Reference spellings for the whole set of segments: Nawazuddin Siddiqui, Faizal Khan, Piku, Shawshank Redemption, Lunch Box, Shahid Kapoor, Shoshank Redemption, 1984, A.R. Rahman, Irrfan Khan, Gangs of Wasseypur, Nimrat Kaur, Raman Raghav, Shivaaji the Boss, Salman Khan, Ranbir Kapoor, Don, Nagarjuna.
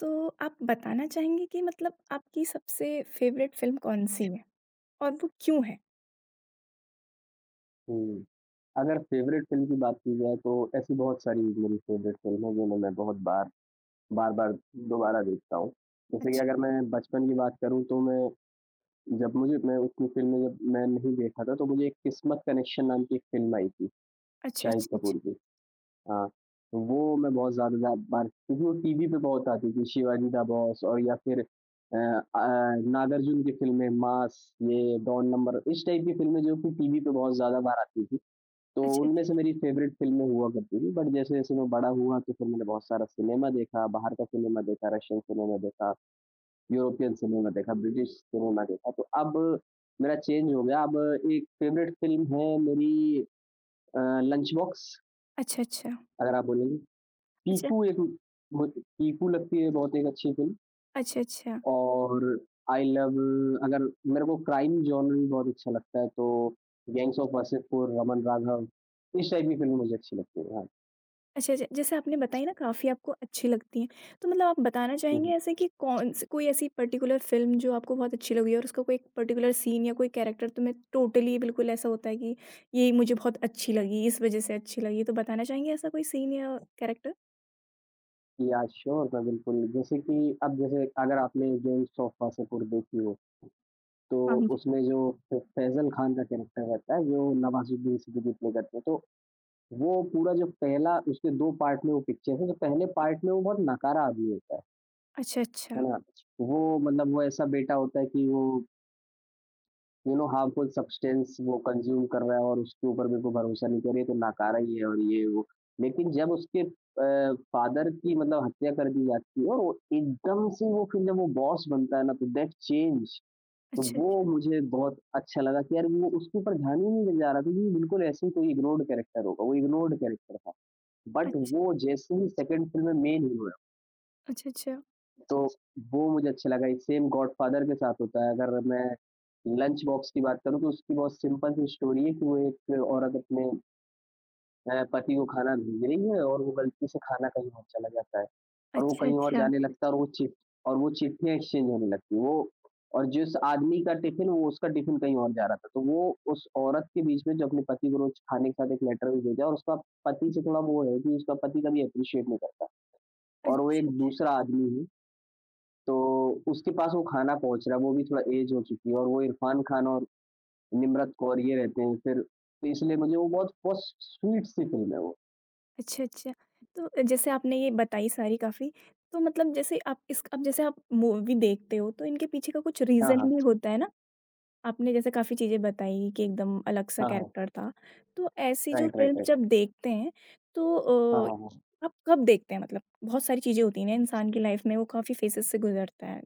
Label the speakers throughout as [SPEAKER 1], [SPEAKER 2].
[SPEAKER 1] तो आप बताना चाहेंगे कि मतलब आपकी सबसे फ़ेवरेट फ़िल्म कौन-सी है और वो क्यों है?
[SPEAKER 2] हुँ। अगर फ़ेवरेट फ़िल्म की बात की जाए तो ऐसी बहुत सारी मेरी फ़ेवरेट फ़िल्म है जिन्हें मैं बहुत बार बार-बार दोबारा देखता हूँ। जैसे कि
[SPEAKER 1] अच्छा।
[SPEAKER 2] अगर मैं बचपन की बात करूँ तो मैं उतनी फ़िल्में जब मैं नहीं देखा था तो मुझे एक किस्मत कनेक्शन नाम की एक फ़िल्म आई थी,
[SPEAKER 1] अच्छा, अच्छा,
[SPEAKER 2] शाहिद
[SPEAKER 1] अच्छा।
[SPEAKER 2] कपूर की। हाँ, तो वो मैं बहुत ज़्यादा ज़्या बार क्योंकि वो टीवी पे बहुत आती थी, शिवाजी दा बॉस और या फिर नागार्जुन की फ़िल्में मास, ये डॉन नंबर, इस टाइप की फ़िल्में जो कि टीवी पे बहुत ज़्यादा बार आती थी। तो
[SPEAKER 1] अच्छा,
[SPEAKER 2] उनमें से मेरी फेवरेट फ़िल्में हुआ करती थी, बट जैसे-जैसे मैं बड़ा हुआ तो फिर मैंने बहुत सारा सिनेमा देखा, बाहर का सिनेमा देखा, रशियन सिनेमा देखा, यूरोपियन सिनेमा देखा, ब्रिटिश सिनेमा देखा, तो अब मेरा चेंज हो गया, अब एक फेवरेट फ़िल्म है मेरी लंच बॉक्स
[SPEAKER 1] अच्छा, अच्छा, अच्छा,
[SPEAKER 2] अगर आप बोलेंगे।
[SPEAKER 1] अच्छा,
[SPEAKER 2] पीकू एक बहुत पीकू लगती है, बहुत एक अच्छी फ़िल्म,
[SPEAKER 1] अच्छा, अच्छा,
[SPEAKER 2] और आई लव, अगर मेरे को क्राइम जॉनर भी बहुत अच्छा लगता है, तो गैंग्स ऑफ वासेपुर, रमन राघव, इस टाइप की फ़िल्में मुझे अच्छी लगती हैं। हाँ।
[SPEAKER 1] अच्छा, ज जैसे आपने बताई ना काफ़ी आपको अच्छी लगती हैं, तो मतलब आप बताना
[SPEAKER 2] हुँ,
[SPEAKER 1] चाहेंगे
[SPEAKER 2] हुँ।
[SPEAKER 1] ऐसे कि कौन-सी कोई ऐसी पर्टिकुलर फ़िल्म जो आपको बहुत अच्छी लगी और उसका कोई एक पर्टिकुलर सीन या कोई कैरेक्टर तुम्हें टोटली बिल्कुल ऐसा होता है कि ये मुझे बहुत अच्छी लगी, इस वज़ह से अच्छी लगी, तो बताना चाहेंगे ऐसा कोई सीन या कैरेक्टर?
[SPEAKER 2] या श्योर मैं बिल्कुल, जैसे कि अब, जैसे अगर आपने गेम्स ऑफ वासेपुर देखी हो, तो
[SPEAKER 1] हाँ जी।
[SPEAKER 2] उसमें जो फ फैज़ल खान का कैरेक्टर रहता है, जो नवाज़ुद्दीन सिद्दीकी प्ले करते हैं, तो वो पूरा जो पहला, उसके 2 पार्ट में वो पिक्चर है, तो पहले पार्ट में वो बहुत नकारा आदमी होता
[SPEAKER 1] अच्छा,
[SPEAKER 2] है
[SPEAKER 1] अच्छा।
[SPEAKER 2] ना? वो मतलब वो ऐसा बेटा होता है कि वो, यू नो, हार्मफुल सब्सटेंस वो कंज्यूम कर रहा है और उसके ऊपर मेरे को भरोसा नहीं कर रही है तो नाकारा ही है और ये वो। लेकिन जब उसके फादर की मतलब हत्या कर दी जाती है और वो एकदम से वो फिर जब वो बॉस बनता है ना तो दैट चेंज। तो
[SPEAKER 1] अच्छा,
[SPEAKER 2] वो
[SPEAKER 1] अच्छा।
[SPEAKER 2] मुझे बहुत अच्छा लगा कि यार वो उसके ऊपर ध्यान ही नहीं जा रहा था, क्योंकि बिल्कुल ऐसे ही कोई इग्नोर्ड कैरेक्टर होगा, वो इग्नोर्ड कैरेक्टर था। बट
[SPEAKER 1] अच्छ
[SPEAKER 2] वो जैसे ही सेकंड फ़िल्म में मेन हीरो है,
[SPEAKER 1] अच्छा, अच्छा।
[SPEAKER 2] तो वो मुझे अच्छा लगा। ये सेम गॉडफ़ादर के साथ होता है। अगर मैं लंच बॉक्स की बात करूँ, तो उसकी बहुत सिंपल सी स्टोरी है कि वो एक औरत अपने पति को खाना भेज रही है और वो गलती से खाना कहीं और चला जाता है और वो
[SPEAKER 1] अच्छा,
[SPEAKER 2] कहीं और
[SPEAKER 1] अच्छा।
[SPEAKER 2] जाने लगता है और वो चिट्ठियाँ एक्सचेंज होने लगती हैं। वो और जिस आदमी का टिफ़िन, वो उसका टिफ़िन कहीं और जा रहा था। तो वो उस औरत के बीच में जो अपने पति को रोज़ खाने के साथ एक लेटर भी भेजा और उसका पति से थोड़ा वो है कि उसका पति कभी एप्रिशिएट नहीं करता, और वो
[SPEAKER 1] अच्छा,
[SPEAKER 2] एक
[SPEAKER 1] अच्छा।
[SPEAKER 2] दूसरा आदमी है, तो उसके पास वो खाना पहुँच रहा है, वो भी थोड़ा ऐज हो चुकी है और वो इरफ़ान खान और निम्रत कौर ये रहते हैं फिर, तो इसलिए मुझे वो बहुत बहुत स्वीट सी फ़िल्म है वो।
[SPEAKER 1] अच्छा, अच्छा। तो जैसे आपने ये बताई सारी काफ़ी, तो मतलब जैसे आप इस अब जैसे आप मूवी देखते हो तो इनके पीछे का कुछ
[SPEAKER 2] हाँ,
[SPEAKER 1] रीज़न
[SPEAKER 2] हाँ।
[SPEAKER 1] भी होता है ना? आपने जैसे काफ़ी चीज़ें बताई कि एकदम अलग-सा
[SPEAKER 2] हाँ, हाँ।
[SPEAKER 1] कैरेक्टर था। तो ऐसी जो
[SPEAKER 2] राइट, राइट,
[SPEAKER 1] फ़िल्म
[SPEAKER 2] राइट।
[SPEAKER 1] जब देखते हैं तो
[SPEAKER 2] हाँ,
[SPEAKER 1] अ,
[SPEAKER 2] हाँ, हाँ।
[SPEAKER 1] आप कब देखते हैं मतलब? बहुत सारी चीज़ें होती हैं ना इंसान की लाइफ़ में, वो काफ़ी फ़ेज़ेज़ से गुज़रता है।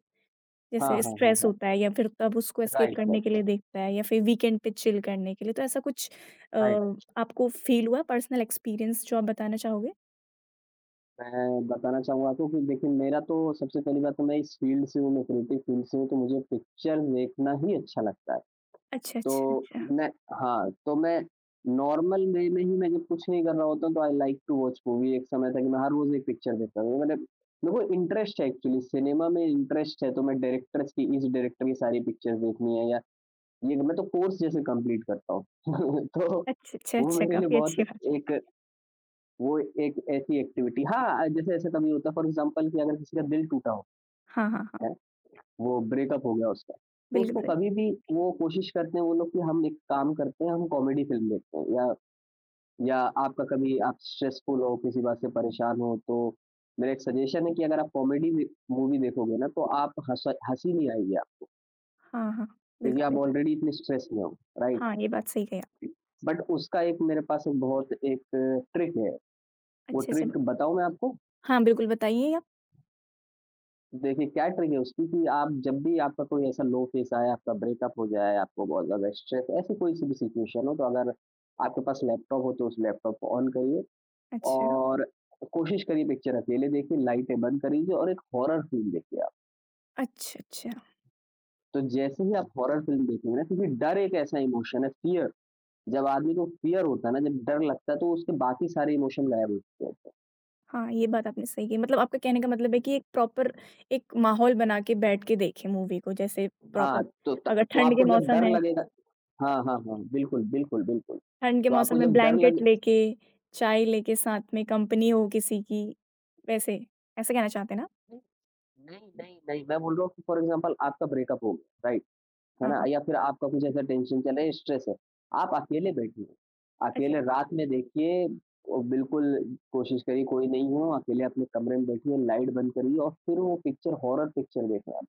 [SPEAKER 2] हाँ,
[SPEAKER 1] जैसे
[SPEAKER 2] हाँ, हाँ,
[SPEAKER 1] स्ट्रेस
[SPEAKER 2] हाँ।
[SPEAKER 1] होता है या फिर तब उसको एस्केप
[SPEAKER 2] राइट,
[SPEAKER 1] करने
[SPEAKER 2] राइट,
[SPEAKER 1] के लिए
[SPEAKER 2] राइट,
[SPEAKER 1] देखता है या फिर वीकेंड पे चिल करने के लिए, तो ऐसा कुछ अ,
[SPEAKER 2] राइट।
[SPEAKER 1] आपको फ़ील हुआ पर्सनल एक्सपीरियंस जो आप बताना चाहोगे?
[SPEAKER 2] मैं बताना चाहूँगा आपको कि देखिए, मेरा तो सबसे पहली बात तो मैं इस फ़ील्ड से हूँ, मैं क्रिएटिव फ़ील्ड से हूँ, तो मुझे पिक्चर्स देखना ही अच्छा लगता है।
[SPEAKER 1] अच्छा, अच्छा,
[SPEAKER 2] तो
[SPEAKER 1] अच्छा।
[SPEAKER 2] मैं हाँ, तो मैं नॉर्मल वे में ही, मैं जब कुछ नहीं कर रहा होता तो I like to watch movie. एक समय था कि मैं हर रोज़ एक पिक्चर देखता था। मतलब मेरे को इंटरेस्ट है, एक्चुअली सिनेमा में इंटरेस्ट है, तो मैं डायरेक्टर्स की, इस डायरेक्टर की सारी पिक्चर्स देखनी है या ये मैं तो कोर्स जैसे कंप्लीट करता हूँ। तो
[SPEAKER 1] अच्छा, अच्छा,
[SPEAKER 2] वो
[SPEAKER 1] अच्छा,
[SPEAKER 2] मेरे लिए
[SPEAKER 1] काफ़ी
[SPEAKER 2] बहुत
[SPEAKER 1] अच्छी बात।
[SPEAKER 2] एक वो एक ऐसी एक्टिविटी, हाँ, जैसे ऐसे कभी होता है फॉर एग्ज़ाम्पल कि अगर किसी का दिल टूटा हो,
[SPEAKER 1] हाँ, हाँ, हाँ,
[SPEAKER 2] है, वो ब्रेकअप हो गया उसका। तो
[SPEAKER 1] बिल्कुल
[SPEAKER 2] उसको
[SPEAKER 1] सही।
[SPEAKER 2] कभी भी वो कोशिश करते हैं वो लोग कि हम एक काम करते हैं, हम कॉमेडी फ़िल्म देखते हैं, या आपका कभी आप स्ट्रेसफुल हो, किसी बात से परेशान हो, तो मेरा एक सजेशन है कि अगर आप कॉमेडी वी मूवी देखोगे ना तो आप हँस हँसी नहीं आएगी आप,
[SPEAKER 1] हाँ, हाँ,
[SPEAKER 2] क्योंकि
[SPEAKER 1] बिल्कुल
[SPEAKER 2] आप
[SPEAKER 1] सही बात है।
[SPEAKER 2] ऑलरेडी इतने स्ट्रेस में हो, राइट?
[SPEAKER 1] हाँ, ये बात सही कही आप।
[SPEAKER 2] बट उसका एक मेरे पास एक बहुत एक ट्रिक है, वो
[SPEAKER 1] अच्छा, अच्छा।
[SPEAKER 2] ट्रिक बताऊँ मैं आपको?
[SPEAKER 1] हाँ, बिल्कुल बताइए आप।
[SPEAKER 2] देखिए, क्या ट्रिक है उसकी, कि आप जब भी, आपका कोई ऐसा लो फेज़ आए, आपका ब्रेकअप हो जाए, आपको बहुत ज़्यादा स्ट्रेस, ऐसी कोई-सी भी सिचुएशन हो, तो अगर आपके पास लैपटॉप हो, तो उस लैपटॉप को ऑन करिए
[SPEAKER 1] अच्छा,
[SPEAKER 2] और कोशिश करिए पिक्चर अकेले देखिए, लाइटें बंद कर लीजिए और एक हॉरर फ़िल्म देखिए आप।
[SPEAKER 1] अच्छा, अच्छा।
[SPEAKER 2] तो जैसे ही आप हॉरर फ़िल्म देखेंगे ना, क्योंकि डर एक ऐसा इमोशन है, फ़ियर, जब आदमी को फ़ियर होता है ना, जब डर लगता है, तो उसके बाकी सारे इमोशन गायब हो जाते हैं।
[SPEAKER 1] हाँ, ये बात आपने सही कही। मतलब आपका कहने का मतलब है कि एक प्रॉपर एक माहौल बना के बैठ के देखें मूवी को, जैसे
[SPEAKER 2] हाँ,
[SPEAKER 1] प्रॉपर
[SPEAKER 2] तो त
[SPEAKER 1] अगर
[SPEAKER 2] तो
[SPEAKER 1] ठंड
[SPEAKER 2] आपको
[SPEAKER 1] के
[SPEAKER 2] जब
[SPEAKER 1] मौसम
[SPEAKER 2] डर
[SPEAKER 1] है
[SPEAKER 2] लगेगा। हाँ, हाँ, हाँ, बिल्कुल, बिल्कुल, बिल्कुल।
[SPEAKER 1] ठंड के
[SPEAKER 2] तो
[SPEAKER 1] मौसम
[SPEAKER 2] आपको
[SPEAKER 1] में
[SPEAKER 2] जब डर
[SPEAKER 1] ब्लैंकेट
[SPEAKER 2] लगे।
[SPEAKER 1] लेके, चाय लेके साथ में कंपनी हो किसी की, वैसे, ऐसे कहना चाहते हैं ना?
[SPEAKER 2] नहीं, नहीं, नहीं, मैं बोल रहा हूँ कि फॉर एग्ज़ाम्पल आपका ब्रेकअप हो गया, राइट? है
[SPEAKER 1] हाँ,
[SPEAKER 2] ना?
[SPEAKER 1] हाँ।
[SPEAKER 2] या फिर आपका कुछ ऐसा टेंशन चल रहा है, स्ट्रेस है। आप अकेले बैठिए,
[SPEAKER 1] अच्छा,
[SPEAKER 2] अकेले रात में देखिए, बिल्कुल कोशिश करिए कोई नहीं हो, अकेले अपने कमरे में बैठिए, लाइट बंद करिए और फिर वो पिक्चर, हॉरर पिक्चर देखें आप।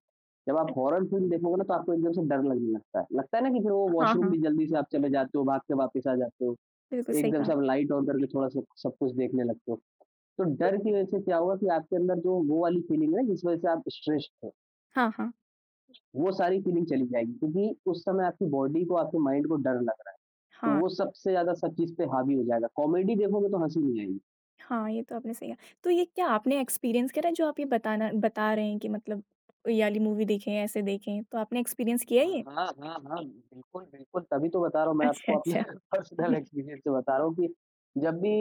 [SPEAKER 2] जब आप
[SPEAKER 1] अ,
[SPEAKER 2] हॉरर फ़िल्म देखोगे ना तो आपको एकदम से डर लगने लगता है। लगता है ना कि फिर वो
[SPEAKER 1] हाँ,
[SPEAKER 2] वॉशरूम
[SPEAKER 1] हाँ,
[SPEAKER 2] भी जल्दी से आप चले जाते हो, भाग के वापस आ जाते हो।
[SPEAKER 1] बिल्कुल सही
[SPEAKER 2] एकदम
[SPEAKER 1] कहा
[SPEAKER 2] से आप
[SPEAKER 1] आपने।
[SPEAKER 2] लाइट ऑन करके थोड़ा-सा सब कुछ देखने लगते हो। तो
[SPEAKER 1] तो
[SPEAKER 2] डर की वज़ह से क्या होगा कि आपके अंदर जो वो वाली फ़ीलिंग है ना, जिस वज़ह से आप स्ट्रेस्ड,
[SPEAKER 1] हाँ, हाँ,
[SPEAKER 2] वो सारी फीलिंग चली जाएगी, क्योंकि उस समय आपकी बॉडी को, आपके माइंड को डर लग रहा है, तो
[SPEAKER 1] हाँ,
[SPEAKER 2] वो सबसे ज्यादा सब चीज पे हावी हो जाएगा। कॉमेडी देखोगे तो हंसी नहीं आएगी।
[SPEAKER 1] हाँ, ये तो आपने सही कहा। तो ये क्या आपने एक्सपीरियंस करा है जो आप ये बताना बता रहे हैं कि मतलब ये वाली मूवी देखें, ऐसे देखें, तो आपने एक्सपीरियंस किया है
[SPEAKER 2] हाँ,
[SPEAKER 1] ये?
[SPEAKER 2] हाँ, हाँ, हाँ, बिल्कुल, बिल्कुल, तभी तो बता रहा हूँ मैं
[SPEAKER 1] अच्छा,
[SPEAKER 2] आपको, अपने
[SPEAKER 1] अच्छा।
[SPEAKER 2] पर्सनल एक्सपीरियंस से बता रहा हूँ कि जब भी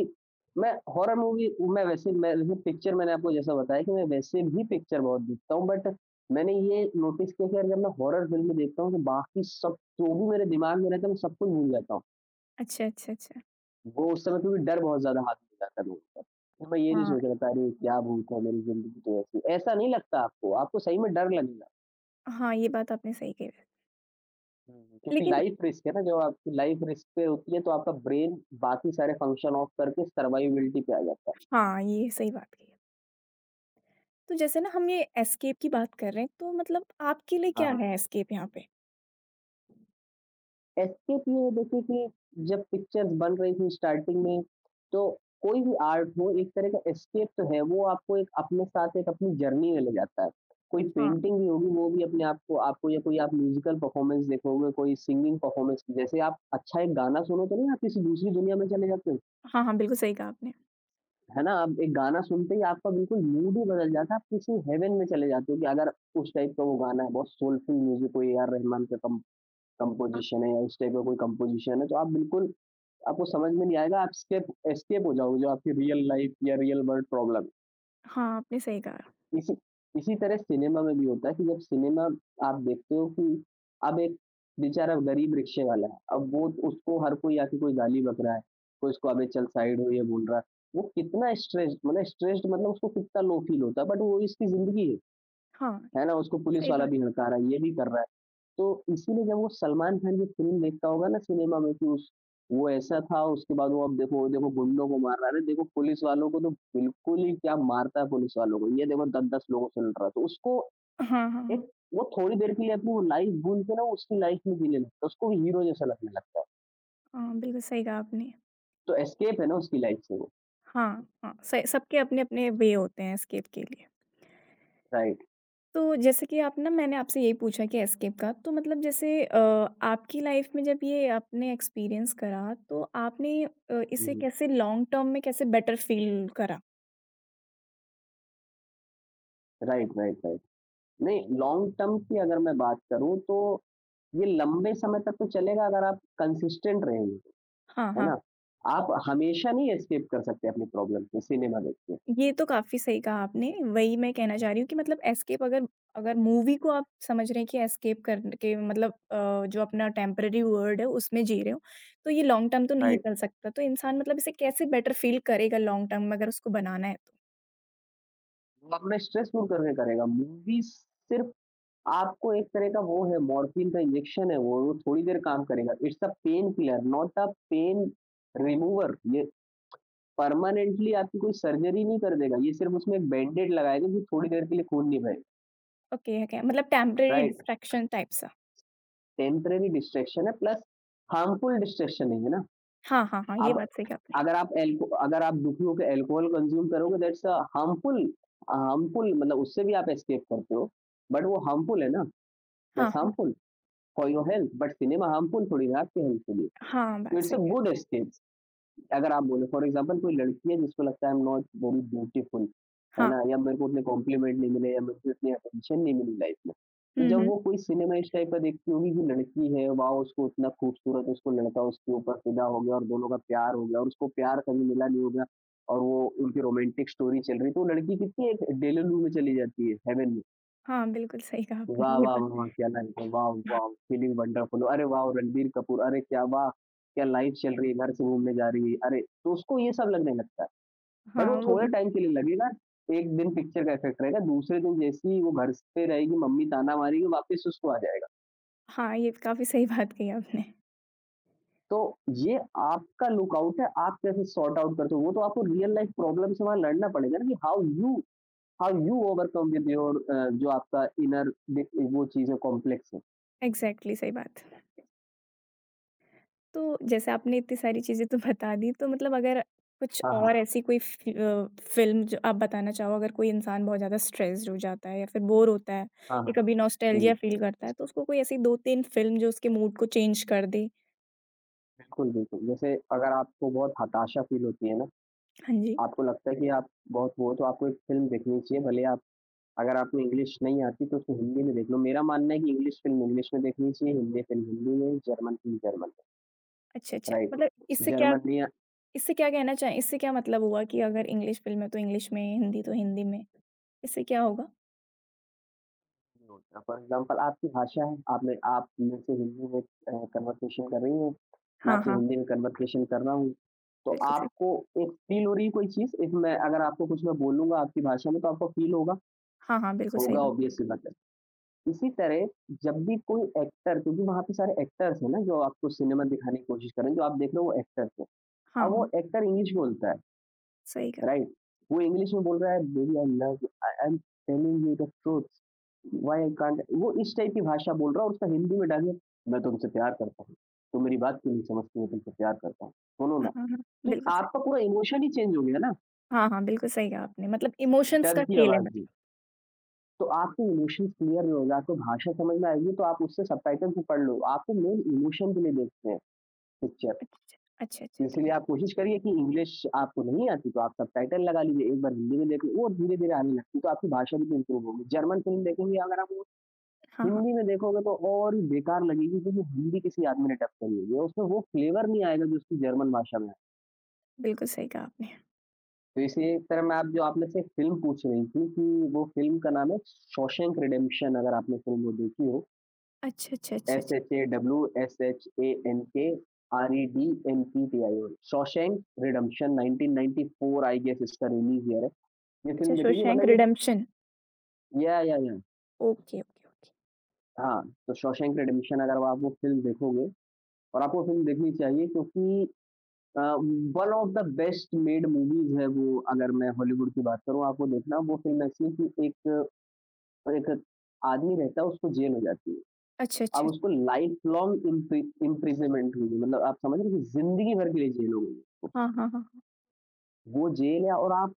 [SPEAKER 2] मैं हॉरर मूवी, मैं वैसे, मैं लेकिन पिक्चर, मैंने आपको जैसा बताया कि मैं वैसे भी पिक्चर बहुत देखता हूँ, बट मैंने ये नोटिस किया कि यार जब मैं हॉरर फिल्म देखता हूँ तो बाकी सब जो भी मेरे दिमाग में रहता है, मैं सब कुछ भूल जाता हूँ।
[SPEAKER 1] अच्छा, अच्छा, अच्छा।
[SPEAKER 2] वो उस समय क्योंकि डर बहुत ज़्यादा हावी हो जाता है लोगों का। मैं ये नहीं
[SPEAKER 1] हाँ,
[SPEAKER 2] सोच रहा था अरे क्या भूत है, मेरी ज़िंदगी तो ऐसी, ऐसा नहीं लगता आपको, आपको सही में डर लगेगा।
[SPEAKER 1] हाँ, ये बात आपने सही कही वै
[SPEAKER 2] हुँ, हुँ। क्योंकि
[SPEAKER 1] लेकिन
[SPEAKER 2] लाइफ़ रिस्क है ना, जब आपकी लाइफ़ रिस्क पे होती है तो आपका ब्रेन बाकी सारे फंक्शन ऑफ करके सर्वाइवबिलिटी पे आ जाता है।
[SPEAKER 1] हाँ, ये सही बात कही। तो जैसे ना हम ये एस्केप की बात कर रहे हैं, तो मतलब आपके लिए क्या
[SPEAKER 2] हाँ,
[SPEAKER 1] है एस्केप यहाँ पे?
[SPEAKER 2] एस्केप ये है, देखिए कि जब पिक्चर्स बन रही थी स्टार्टिंग में, तो कोई भी आर्ट हो, एक तरह का एस्केप तो है, वो आपको एक अपने साथ एक अपनी जर्नी में ले जाता है। कोई
[SPEAKER 1] हाँ।
[SPEAKER 2] पेंटिंग भी होगी वो भी अपने आप को आपको, या कोई आप म्यूज़िकल परफॉर्मेंस देखोगे, कोई सिंगिंग परफॉर्मेंस, जैसे आप अच्छा एक गाना सुनो तो नहीं, आप किसी दूसरी दुनिया में चले जाते हो,
[SPEAKER 1] हाँ, हाँ, बिल्कुल सही कहा आपने।
[SPEAKER 2] है ना? आप एक गाना सुनते ही आपका बिल्कुल मूड ही बदल जाता है, आप किसी हेवन में चले जाते हो, कि अगर उस टाइप का वो गाना है, बहुत सोलफुल म्यूज़िक हो, ए आर रहमान का कम
[SPEAKER 1] हाँ,
[SPEAKER 2] कंपोज़िशन है या उस टाइप का कोई कंपोज़िशन है, तो आप बिल्कुल, आपको समझ में नहीं आएगा, आप स्केप एस्केप हो जाओगे, जो आपकी रियल लाइफ़ या रियल वर्ल्ड प्रॉब्लम है।
[SPEAKER 1] हाँ, आपने सही कहा।
[SPEAKER 2] इसी इसी तरह सिनेमा में भी होता है कि जब सिनेमा आप देखते हो कि अब एक बेचारा गरीब रिक्शे वाला है, अब वो, उसको हर कोई आके कोई गाली बक रहा है, कोई उसको अबे चल साइड हो, ये बोल रहा है। वो कितना स्ट्रेस्ड, मतलब स्ट्रेस्ड, मतलब उसको कितना लो फ़ील होता है, बट वो इसकी ज़िंदगी है।
[SPEAKER 1] हाँ,
[SPEAKER 2] है ना? उसको पुलिस
[SPEAKER 1] सही
[SPEAKER 2] वाला
[SPEAKER 1] बात।
[SPEAKER 2] भी हड़का रहा है, ये भी कर रहा है। तो इसीलिए जब वो सलमान खान की फ़िल्म देखता होगा ना सिनेमा में, कि उस, वो ऐसा था, उसके बाद वो अब देखो देखो गुंडों को मार रहा है, अरे देखो पुलिस वालों को तो बिल्कुल ही क्या मारता है पुलिस वालों को, ये देखो 10-10 लोगों से लड़ रहा है। तो उसको
[SPEAKER 1] हाँ, हाँ, हाँ,
[SPEAKER 2] एक वो थोड़ी देर के लिए अपनी वो लाइफ़ भूल के ना उसकी लाइफ़ में जीने लगता है, तो उसको वो हीरो जैसा लगने लगता है।
[SPEAKER 1] हाँ, बिल्कुल सही कहा आपने।
[SPEAKER 2] तो एस्केप है ना उसकी लाइफ़ से वो।
[SPEAKER 1] हाँ, हाँ, स सबके अपने-अपने वे होते हैं एस्केप के लिए।
[SPEAKER 2] राइट।
[SPEAKER 1] तो जैसे कि आप ना मैंने आपसे यही पूछा कि एस्केप का, तो मतलब जैसे आपकी लाइफ़ में जब ये आपने एक्सपीरियंस करा, तो आपने
[SPEAKER 2] हुँ,
[SPEAKER 1] इसे
[SPEAKER 2] हुँ।
[SPEAKER 1] कैसे लॉन्ग टर्म में कैसे बेटर फ़ील करा?
[SPEAKER 2] Right, right, right. नहीं, लॉन्ग टर्म की अगर मैं बात करूँ तो, ये लंबे समय तक तो चलेगा अगर आप कंसिस्टेंट रहेंगे,
[SPEAKER 1] हाँ,
[SPEAKER 2] है
[SPEAKER 1] हाँ।
[SPEAKER 2] ना? आप हमेशा नहीं एस्केप कर सकते अपनी प्रॉब्लम से सिनेमा देख के,
[SPEAKER 1] ये तो काफ़ी सही कहा आपने, वही मैं कहना चाह रही हूँ कि मतलब एस्केप अगर अगर मूवी को आप समझ रहे हैं कि एस्केप कर के मतलब जो अपना टेम्परेरी वर्ल्ड है उसमें जी रहे हो, तो ये लॉन्ग टर्म तो नहीं
[SPEAKER 2] राइट?
[SPEAKER 1] चल सकता। तो इंसान मतलब इसे कैसे बेटर फ़ील करेगा लॉन्ग टर्म में अगर उसको बनाना है तो?
[SPEAKER 2] वो अपना स्ट्रेस दूर करके करेगा, मूवी सिर्फ़ आपको एक तरह का वो है मॉर्फिन का इंजेक्शन है वो थोड़ी देर काम करेगा। It's a pain killer, not a pain remover. ये परमानेंटली आपकी कोई सर्जरी नहीं कर देगा, ये सिर्फ़ उसमें एक बैंडेड लगाएगा कि थोड़ी देर के लिए खून नहीं बहे,
[SPEAKER 1] ओके, है क्या? मतलब टेम्परेरी
[SPEAKER 2] राइट?
[SPEAKER 1] डिस्ट्रैक्शन टाइप सा।
[SPEAKER 2] टेम्परेरी डिस्ट्रैक्शन है प्लस हार्मफुल डिस्ट्रैक्शन है ये ना।
[SPEAKER 1] हाँ, हाँ, हाँ, ये
[SPEAKER 2] आप
[SPEAKER 1] बात सही कहा आपने।
[SPEAKER 2] अगर आप एल्को अगर आप दुखी होकर अल्कोहल कंज्यूम करोगे दैट्स अ हार्मफुल। हार्मफुल मतलब उससे भी आप एस्केप करते हो, बट वो हार्मफुल है ना।
[SPEAKER 1] हाँ,
[SPEAKER 2] दैट्स
[SPEAKER 1] हाँ,
[SPEAKER 2] harmful for your health, but cinema harmful थोड़ी है आपके हेल्थ के लिए।
[SPEAKER 1] हाँ,
[SPEAKER 2] तो
[SPEAKER 1] बात
[SPEAKER 2] इट्स अ
[SPEAKER 1] सही है।
[SPEAKER 2] Good escape. अगर आप बोले फॉर एग्ज़ाम्पल कोई लड़की है जिसको लगता है I am not very beautiful, है
[SPEAKER 1] हाँ,
[SPEAKER 2] ना? या मेरे को उतने कॉम्प्लीमेंट नहीं मिले या मेरे को इतनी अटेंशन नहीं मिली लाइफ़ में। तो
[SPEAKER 1] हुँ,
[SPEAKER 2] जब
[SPEAKER 1] हुँ।
[SPEAKER 2] वो कोई सिनेमा इस टाइप का देखती होगी कि लड़की है, वॉव! उसको इतना खूबसूरत, उसको लड़का उसके ऊपर फ़िदा हो गया और दोनों का प्यार हो गया और उसको प्यार कभी मिला नहीं होगा और वो उनकी रोमांटिक स्टोरी चल रही है, तो वो लड़की कितनी एक डेलूलू में चली जाती है, हेवन में।
[SPEAKER 1] हाँ, बिल्कुल सही कहा
[SPEAKER 2] वाह,
[SPEAKER 1] आपने ये
[SPEAKER 2] वाह!
[SPEAKER 1] बात।
[SPEAKER 2] वाह! क्या लाइन है, वाव वाव! फीलिंग वंडरफुल, अरे वाह! रणबीर कपूर, अरे क्या वाह! क्या लाइफ चल रही है, घर से घूमने जा रही है, अरे! तो उसको ये सब लगने लगता है। बट वो
[SPEAKER 1] हाँ, वो
[SPEAKER 2] थोड़े टाइम के लिए लगेगा, 1 दिन पिक्चर का इफ़ेक्ट रहेगा, दूसरे दिन जैसे ही वो घर पे रहेगी, मम्मी ताना मारेगी, वापस उसको आ जाएगा।
[SPEAKER 1] हाँ, ये काफ़ी सही बात कही आपने।
[SPEAKER 2] तो ये आपका लुकआउट है, आप कैसे सॉर्ट आउट करते हो? वो तो आपको रियल लाइफ़ प्रॉब्लम से वहाँ लड़ना पड़ेगा ना कि how you overcome with your जो आपका इनर बि वो चीज़ है, कॉम्प्लेक्स है।
[SPEAKER 1] एग्ज़ैक्टली सही बात। तो जैसे आपने इतनी सारी चीज़ें तो बता दी, तो मतलब अगर कुछ
[SPEAKER 2] हाँ, हाँ।
[SPEAKER 1] और ऐसी कोई फ़िल्म जो आप बताना चाहो, अगर कोई इंसान बहुत ज़्यादा स्ट्रेस्ड हो जाता है या फिर बोर होता है
[SPEAKER 2] हाँ,
[SPEAKER 1] या
[SPEAKER 2] हाँ।
[SPEAKER 1] कभी
[SPEAKER 2] हुँ।
[SPEAKER 1] नॉस्टैल्जिया फ़ील करता है, तो उसको कोई ऐसी 2-3 फ़िल्म जो उसके मूड को चेंज कर दे?
[SPEAKER 2] बिल्कुल, बिल्कुल। जैसे अगर आपको बहुत हताशा फ़ील होती है ना,
[SPEAKER 1] हाँ जी।
[SPEAKER 2] आपको लगता है कि आप बहुत वो हो तो आपको एक फ़िल्म देखनी चाहिए, भले आप अगर आपको इंग्लिश नहीं आती तो उसको हिंदी में देख लो। मेरा मानना है कि इंग्लिश फ़िल्म इंग्लिश में देखनी चाहिए, हिंदी फ़िल्म हिंदी में, जर्मन फ़िल्म जर्मन में,
[SPEAKER 1] अच्छा, अच्छा।
[SPEAKER 2] राइट?
[SPEAKER 1] मतलब
[SPEAKER 2] जी। जर्मन में या
[SPEAKER 1] इससे क्या कहना चाहें इससे क्या मतलब हुआ कि अगर इंग्लिश फ़िल्म है, तो इंग्लिश में, हिंदी तो हिंदी में। इससे क्या होगा?
[SPEAKER 2] फॉर एग्ज़ाम्पल आपकी भाषा है, आपने आप मेरे से हिंदी में कन्वर्सेशन कर रही हैं, मैं
[SPEAKER 1] हाँ,
[SPEAKER 2] आपसे
[SPEAKER 1] हाँ।
[SPEAKER 2] हिंदी में कन्वर्सेशन कर रहा हूँ, तो
[SPEAKER 1] बिल्कुल सही।
[SPEAKER 2] आपको एक फ़ील हो रही है कोई चीज़, एक मैं अगर आपको कुछ मैं बोलूँगा आपकी भाषा में तो आपको फ़ील होगा,
[SPEAKER 1] हाँ, हाँ। बिल्कुल सही
[SPEAKER 2] होगा
[SPEAKER 1] बात।
[SPEAKER 2] ऑब्वियस सी बात है। इसी तरह जब भी कोई एक्टर क्योंकि वहाँ पे सारे एक्टर्स हैं ना जो आपको सिनेमा दिखाने की कोशिश कर रहे हैं, जो आप देख रहे हो वो एक्टर्स हैं। अब
[SPEAKER 1] हाँ,
[SPEAKER 2] वो
[SPEAKER 1] हाँ।
[SPEAKER 2] एक्टर इंग्लिश बोलता है,
[SPEAKER 1] सही कहा।
[SPEAKER 2] राइट? वो इंग्लिश में बोल रहा है, baby I love you, I am telling you the truth, why I can't, वो इस टाइप की भाषा बोल रहा है और उसका हिंदी में डालिए, मैं तुमसे प्यार करता हूँ, तुम मेरी बात क्यों नहीं समझती हो, तुमसे प्यार करता हूँ, सुनो
[SPEAKER 1] हाँ,
[SPEAKER 2] ना।
[SPEAKER 1] हाँ।
[SPEAKER 2] तो
[SPEAKER 1] बिल्कुल सही।
[SPEAKER 2] आपका पूरा इमोशन ही चेंज हो गया ना,
[SPEAKER 1] हाँ, हाँ, बिल्कुल सही कहा आपने मतलब इमोशंस
[SPEAKER 2] डब
[SPEAKER 1] का
[SPEAKER 2] की
[SPEAKER 1] खेल है
[SPEAKER 2] आवाज़ में।
[SPEAKER 1] मतलब।
[SPEAKER 2] तो आपके इमोशंस क्लियर नहीं होंगे, आपको भाषा समझ में आएगी तो आप उससे सबटाइटल भी पढ़ लो। आपको मेन इमोशन के लिए देखते हैं पिक्चर।
[SPEAKER 1] अच्छा, अच्छा, अच्छा, ठीक है।
[SPEAKER 2] इसीलिए आप कोशिश करिए कि इंग्लिश आपको नहीं आती तो आप सबटाइटल लगा लीजिए, एक बार हिंदी में देख लो, वो धीरे-धीरे आने लगती तो आपकी भाषा भी तो इम्प्रूव होगी। जर्मन फ़िल्म देखेंगे अगर आप वो
[SPEAKER 1] हाँ, हाँ,
[SPEAKER 2] हिंदी में देखोगे तो और ही बेकार लगेगी क्योंकि हिंदी किसी आदमी ने डब करी हुई है। उसमें वो फ्लेवर नहीं आएगा जो उसकी जर्मन भाषा में है।
[SPEAKER 1] बिल्कुल सही कहा आपने।
[SPEAKER 2] तो इसी तरह मैं आप जो आप मुझसे फ़िल्म पूछ रही थी कि वो फ़िल्म का नाम है शॉशैंक रिडेम्पशन, अगर आपने फ़िल्म वो देखी हो।
[SPEAKER 1] अच्छा, अच्छा, अच्छा,
[SPEAKER 2] एस
[SPEAKER 1] अच्छा।
[SPEAKER 2] H A W S H A N K R E D N P T I O, Shawshank Redemption 1994 I guess इसका रिलीज ईयर है। ये
[SPEAKER 1] अच्छा,
[SPEAKER 2] फिल्म देखेंगे
[SPEAKER 1] शोशैंक
[SPEAKER 2] मतलब ये
[SPEAKER 1] रिडेम्पशन
[SPEAKER 2] या,
[SPEAKER 1] ओके, ओके, ओके।
[SPEAKER 2] हाँ, तो शॉशैंक रिडम्पशन अगर आप वो फिल्म देखोगे और आपको फिल्म देखनी चाहिए क्योंकि one of the best made movies है वो, अगर मैं हॉलीवुड की बात करूँ आपको देखना वो फिल्म ऐसी कि एक एक आदमी रहता है, उसको जेल हो जाती है।
[SPEAKER 1] अच्छा,
[SPEAKER 2] अब
[SPEAKER 1] अच्छा।
[SPEAKER 2] उसको लाइफ लॉन्ग इम्प्रिजमेंट हुई, मतलब आप समझ रहे हो कि जिंदगी भर के लिए जेल हो गई।
[SPEAKER 1] हाँ, हाँ, हाँ,
[SPEAKER 2] वो जेल है और आप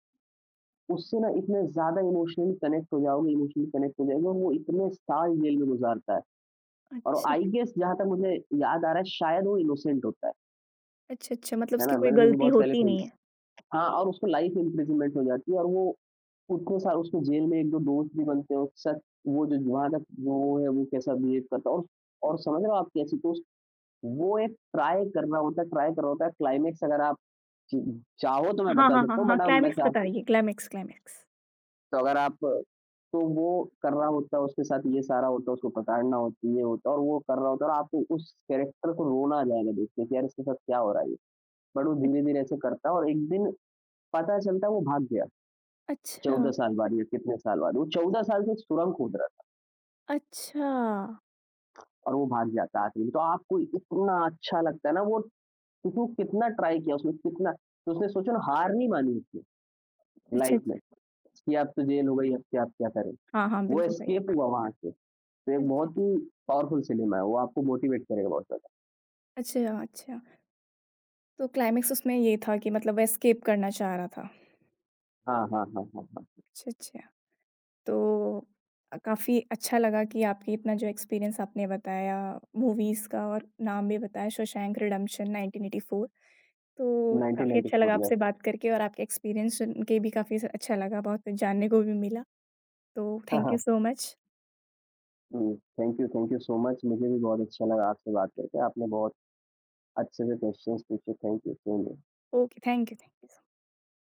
[SPEAKER 2] उससे ना इतने ज़्यादा इमोशनली कनेक्ट हो जाओगे, इमोशनली कनेक्ट हो जाएँगे और वो इतने साल जेल में गुज़ारता है
[SPEAKER 1] हाँ।
[SPEAKER 2] और
[SPEAKER 1] अच्छा,
[SPEAKER 2] आई गेस जहाँ तक मुझे याद आ रहा है शायद वो इनोसेंट होता
[SPEAKER 1] अच्छा, अच्छा मतलब
[SPEAKER 2] है
[SPEAKER 1] उसकी
[SPEAKER 2] ना?
[SPEAKER 1] कोई
[SPEAKER 2] मैंने क्योंकि
[SPEAKER 1] गलती
[SPEAKER 2] बहुत पहले
[SPEAKER 1] होती
[SPEAKER 2] फ़िल्म,
[SPEAKER 1] नहीं है।
[SPEAKER 2] हाँ, और उसको लाइफ़ इम्प्रिजनमेंट हो जाती है और वो उतने साल उसको जेल में 1-2 दोस्त भी बनते हैं, उसके साथ वो जो वहाँ तक वो है वो कैसा बिहेव करता है और समझ रहे हो आप कैसी तो वो एक ट्राई करना होता है, ट्राई कर रहा होता है, क्लाइमेक्स अगर आप च चाहो तो मैं
[SPEAKER 1] हाँ,
[SPEAKER 2] बता
[SPEAKER 1] हाँ, हाँ,
[SPEAKER 2] सकता हूँ,
[SPEAKER 1] हाँ,
[SPEAKER 2] बट अब मैं
[SPEAKER 1] क्लाइमेक्स
[SPEAKER 2] चाह,
[SPEAKER 1] बताइए क्लाइमेक्स, क्लाइमेक्स।
[SPEAKER 2] तो अगर आप, तो वो कर रहा होता, उसके साथ ये सारा होता, उसको पकड़ना होती ये होता और वो कर रहा होता और आपको उस कैरेक्टर को रोना आ जाएगा देख के कि यार इसके साथ क्या हो रहा है ये? बट वो
[SPEAKER 1] अ
[SPEAKER 2] धीरे-धीरे ऐसे करता है और एक दिन पता चलता है वो भाग गया,
[SPEAKER 1] अच्छा,
[SPEAKER 2] 14 साल बाद या कितने साल बाद, वो 14 साल से सुरंग खोद रहा
[SPEAKER 1] अच्छा।
[SPEAKER 2] था और वो भाग जाता है आखिरी में। तो आपको इतना अच्छा लगता है ना, वो उसने कितना ट्राई किया, उसने कितना, तो उसने सोचो ना हार नहीं मानी उसने
[SPEAKER 1] अच्छा,
[SPEAKER 2] लाइफ में,
[SPEAKER 1] अच्छा।
[SPEAKER 2] कि अब तो जेल हो गई, अब क्या करें?
[SPEAKER 1] हाँ, हाँ,
[SPEAKER 2] वो
[SPEAKER 1] बिल्कुल सही।
[SPEAKER 2] एस्केप हुआ वहाँ से। तो
[SPEAKER 1] अच्छा,
[SPEAKER 2] एक
[SPEAKER 1] अच्छा,
[SPEAKER 2] बहुत ही पावरफुल फ़िल्म है, वो आपको मोटिवेट करेगा बहुत ज़्यादा।
[SPEAKER 1] अच्छा। अच्छा, तो क्लाइमेक्स उसमें ये था कि मतलब वह एस्केप करना चाह रहा था।
[SPEAKER 2] हाँ, हाँ, हाँ, हाँ, हाँ।
[SPEAKER 1] अच्छा, अच्छा। तो काफ़ी अच्छा लगा कि आपकी इतना जो एक्सपीरियंस आपने बताया मूवीज़ का और नाम भी बताया शोशैंक रिडेम्पशन 1984 तो काफ़ी अच्छा लगा
[SPEAKER 2] 1994, यस।
[SPEAKER 1] आपसे बात करके और आपके एक्सपीरियंस सुन के भी काफ़ी अच्छा लगा, बहुत कुछ जानने को भी मिला। तो
[SPEAKER 2] हाँ,
[SPEAKER 1] थैंक यू
[SPEAKER 2] हाँ।
[SPEAKER 1] So much.
[SPEAKER 2] Hmm, thank you so much, मुझे भी बहुत अच्छा लगा आपसे बात करके। आपने बहुत अच्छे से क्वेश्चन्स पूछे, thank you so much.
[SPEAKER 1] Okay, thank you, thank you.